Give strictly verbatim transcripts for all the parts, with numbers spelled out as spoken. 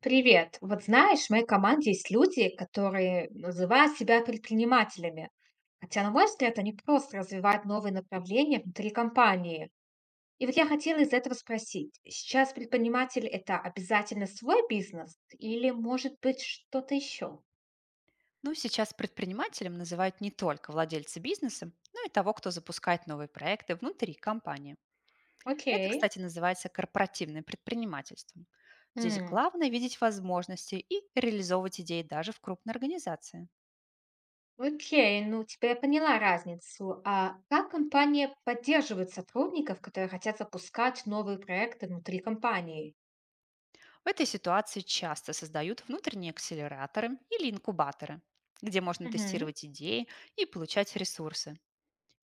Привет. Вот знаешь, в моей команде есть люди, которые называют себя предпринимателями. Хотя, на мой взгляд, они просто развивают новые направления внутри компании. И вот я хотела из этого спросить, сейчас предприниматель– это обязательно свой бизнес или, может быть, что-то еще? Ну, сейчас предпринимателем называют не только владельцы бизнеса, но и того, кто запускает новые проекты внутри компании. Это, Окей. кстати, называется корпоративным предпринимательством. Здесь М, главное видеть возможности и реализовывать идеи даже в крупной организации. Окей, ну теперь я поняла разницу. А как компания поддерживает сотрудников, которые хотят запускать новые проекты внутри компании? В этой ситуации часто создают внутренние акселераторы или инкубаторы, где можно Мгм. тестировать идеи и получать ресурсы.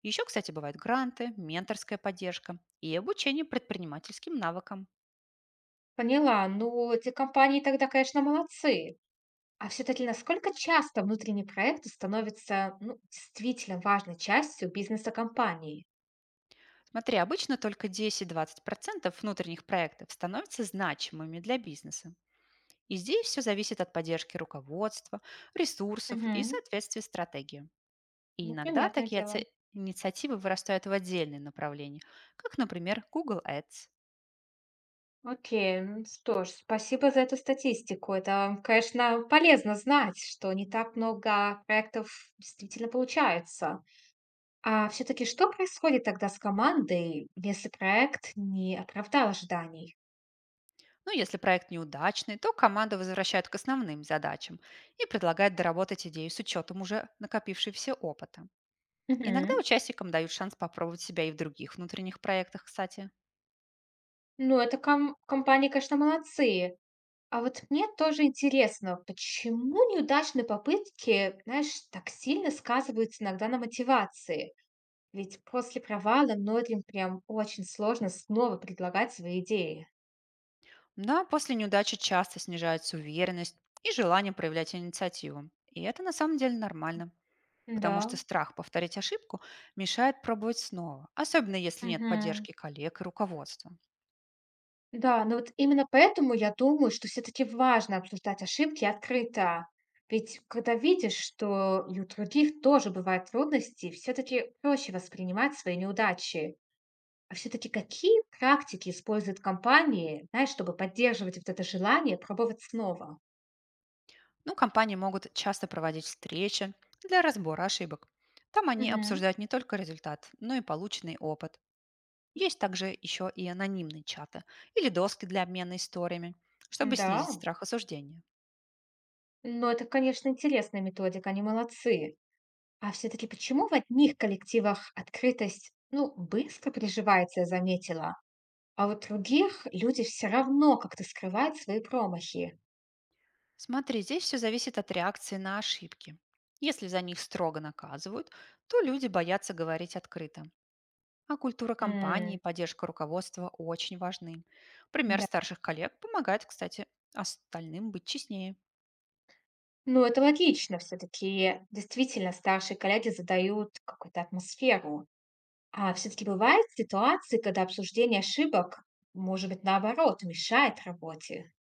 Еще, кстати, бывают гранты, менторская поддержка и обучение предпринимательским навыкам. Поняла. Ну, эти компании тогда, конечно, молодцы. А все-таки насколько часто внутренние проекты становятся ну, действительно важной частью бизнеса компании? Смотри, обычно только десяти-двадцати процентов внутренних проектов становятся значимыми для бизнеса. И здесь все зависит от поддержки руководства, ресурсов и Мгм. соответствия стратегии. И Ну, иногда понятное такие дело. оце- инициативы вырастают в отдельные направления, как, например, Google Ads. Окей, ну что ж, спасибо за эту статистику. Это, конечно, полезно знать, что не так много проектов действительно получается. А все-таки что происходит тогда с командой, если проект не оправдал ожиданий? Но если проект неудачный, то команда возвращает к основным задачам и предлагает доработать идею с учетом уже накопившегося опыта. Иногда Мгм. участникам дают шанс попробовать себя и в других внутренних проектах, кстати. Ну, это ком- компании, конечно, молодцы. А вот мне тоже интересно, почему неудачные попытки, знаешь, так сильно сказываются иногда на мотивации? Ведь после провала многим прям очень сложно снова предлагать свои идеи. Да, после неудачи часто снижается уверенность и желание проявлять инициативу. И это на самом деле нормально, потому что Да. страх повторить ошибку мешает пробовать снова, особенно если нет Мгм. поддержки коллег и руководства. Да, но вот именно поэтому я думаю, что все-таки важно обсуждать ошибки открыто. Ведь когда видишь, что и у других тоже бывают трудности, все-таки проще воспринимать свои неудачи. А все-таки какие практики используют компании, знаешь, чтобы поддерживать вот это желание пробовать снова? Ну, компании могут часто проводить встречи для разбора ошибок. Там они Мгм. обсуждают не только результат, но и полученный опыт. Есть также еще и анонимные чаты или доски для обмена историями, чтобы снизить Да, страх осуждения. но это, конечно, интересная методика, они молодцы. А все-таки почему в одних коллективах открытость, ну, быстро приживается, я заметила, а вот в других люди все равно как-то скрывают свои промахи? Смотри, здесь все зависит от реакции на ошибки. Если за них строго наказывают, то люди боятся говорить открыто. А культура компании М, и поддержка руководства очень важны. Пример Да. старших коллег помогает, кстати, остальным быть честнее. Ну, это логично все-таки. Действительно, старшие коллеги задают какую-то атмосферу. А все-таки бывают ситуации, когда обсуждение ошибок, может быть, наоборот, мешает работе.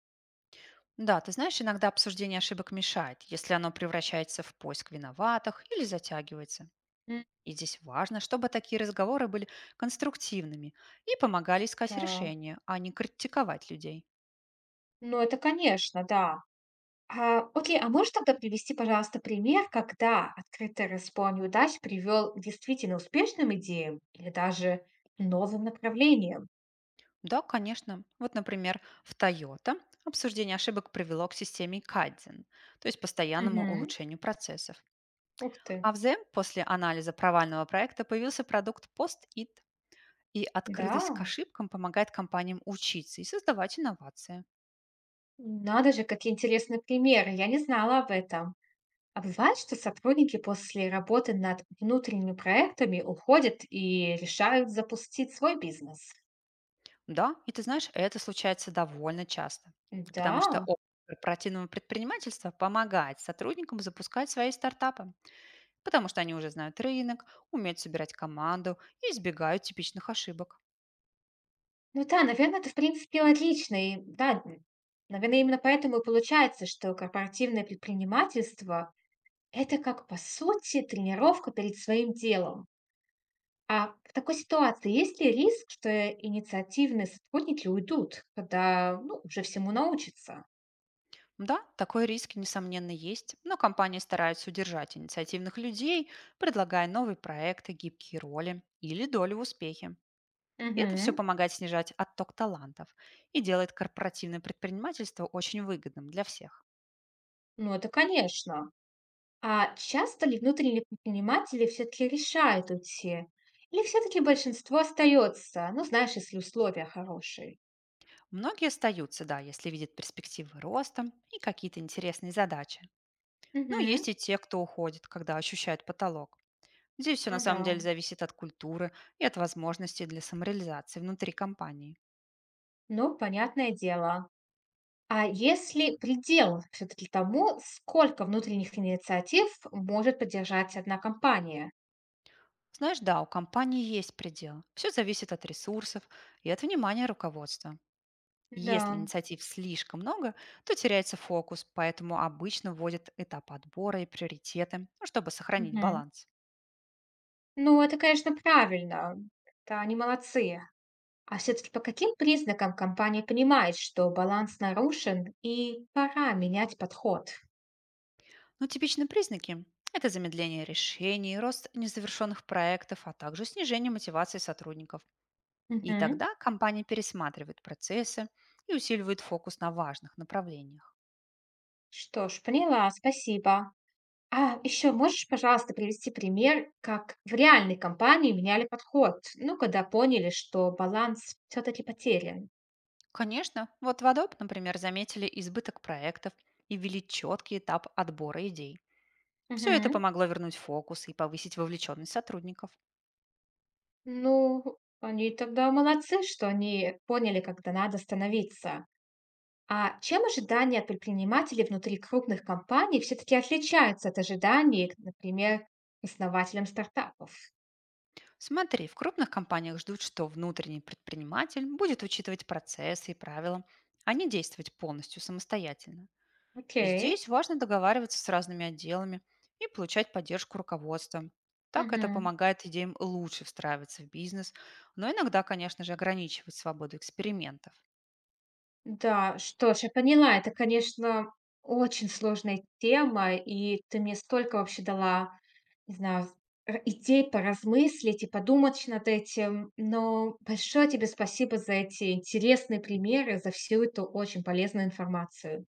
Да, ты знаешь, иногда обсуждение ошибок мешает, если оно превращается в поиск виноватых или затягивается. М, И здесь важно, чтобы такие разговоры были конструктивными и помогали искать Да. решения, а не критиковать людей. Ну, это, конечно, да. А, окей, а можешь тогда привести, пожалуйста, пример, когда открытый разгон неудач привел к действительно успешным идеям или даже новым направлениям? Да, конечно. Вот, например, в Toyota обсуждение ошибок привело к системе Kaizen, то есть постоянному Мгм. улучшению процессов. Ух ты. А в Z E M после анализа провального проекта появился продукт Post-it, и Да, открытость к ошибкам помогает компаниям учиться и создавать инновации. надо же, какие интересные примеры. Я не знала об этом. А бывает, что сотрудники после работы над внутренними проектами уходят и решают запустить свой бизнес. Да, и ты знаешь, это случается довольно часто, Да, потому что опыт корпоративного предпринимательства помогает сотрудникам запускать свои стартапы, потому что они уже знают рынок, умеют собирать команду и избегают типичных ошибок. ну да, наверное, это в принципе логично. И да, наверное, именно поэтому и получается, что корпоративное предпринимательство– это как по сути тренировка перед своим делом. А в такой ситуации есть ли риск, что инициативные сотрудники уйдут, когда ну, уже всему научатся? Да, такой риск, несомненно, есть, но компании стараются удержать инициативных людей, предлагая новые проекты, гибкие роли или долю в успехе. И это все Угу. помогает снижать отток талантов и делает корпоративное предпринимательство очень выгодным для всех. Ну, это конечно. А часто ли внутренние предприниматели все-таки решают уйти? Или все-таки большинство остается? Ну, знаешь, если условия хорошие. Многие остаются, да, если видят перспективы роста и какие-то интересные задачи. Но есть Мгм. и те, кто уходит, когда ощущают потолок. Здесь все на Ну самом да. деле зависит от культуры и от возможностей для самореализации внутри компании. Ну, понятное дело. А если предел все-таки тому, сколько внутренних инициатив может поддержать одна компания? Знаешь, да, у компании есть предел. Все зависит от ресурсов и от внимания руководства. Если Да. инициатив слишком много, то теряется фокус, поэтому обычно вводят этап отбора и приоритеты, ну, чтобы сохранить Мгм. баланс. Ну, это, конечно, правильно. Да, они молодцы. А все-таки по каким признакам компания понимает, что баланс нарушен и пора менять подход? Но типичные признаки — это замедление решений, рост незавершенных проектов, а также снижение мотивации сотрудников. И Мгм. тогда компания пересматривает процессы и усиливает фокус на важных направлениях. Что ж, поняла, спасибо. А еще можешь, пожалуйста, привести пример, как в реальной компании меняли подход, ну, когда поняли, что баланс все-таки потерян? Конечно, вот в Adobe, например, заметили избыток проектов и ввели четкий этап отбора идей. Все это Мгм. помогло вернуть фокус и повысить вовлеченность сотрудников. Ну, они тогда молодцы, что они поняли, когда надо становиться. А чем ожидания от предпринимателей внутри крупных компаний все-таки отличаются от ожиданий, например, основателям стартапов? Смотри, в крупных компаниях ждут, что внутренний предприниматель будет учитывать процессы и правила, а не действовать полностью самостоятельно. И Окей. здесь важно договариваться с разными отделами и получать поддержку руководства. Так это Мгм. помогает идеям лучше встраиваться в бизнес, но иногда, конечно же, ограничивать свободу экспериментов. Да, что ж, я поняла, это, конечно, очень сложная тема, и ты мне столько вообще дала, не знаю, р- идей поразмыслить и подумать над этим. Но большое тебе спасибо за эти интересные примеры, за всю эту очень полезную информацию.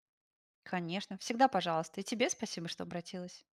Конечно. Всегда пожалуйста. И тебе спасибо, что обратилась.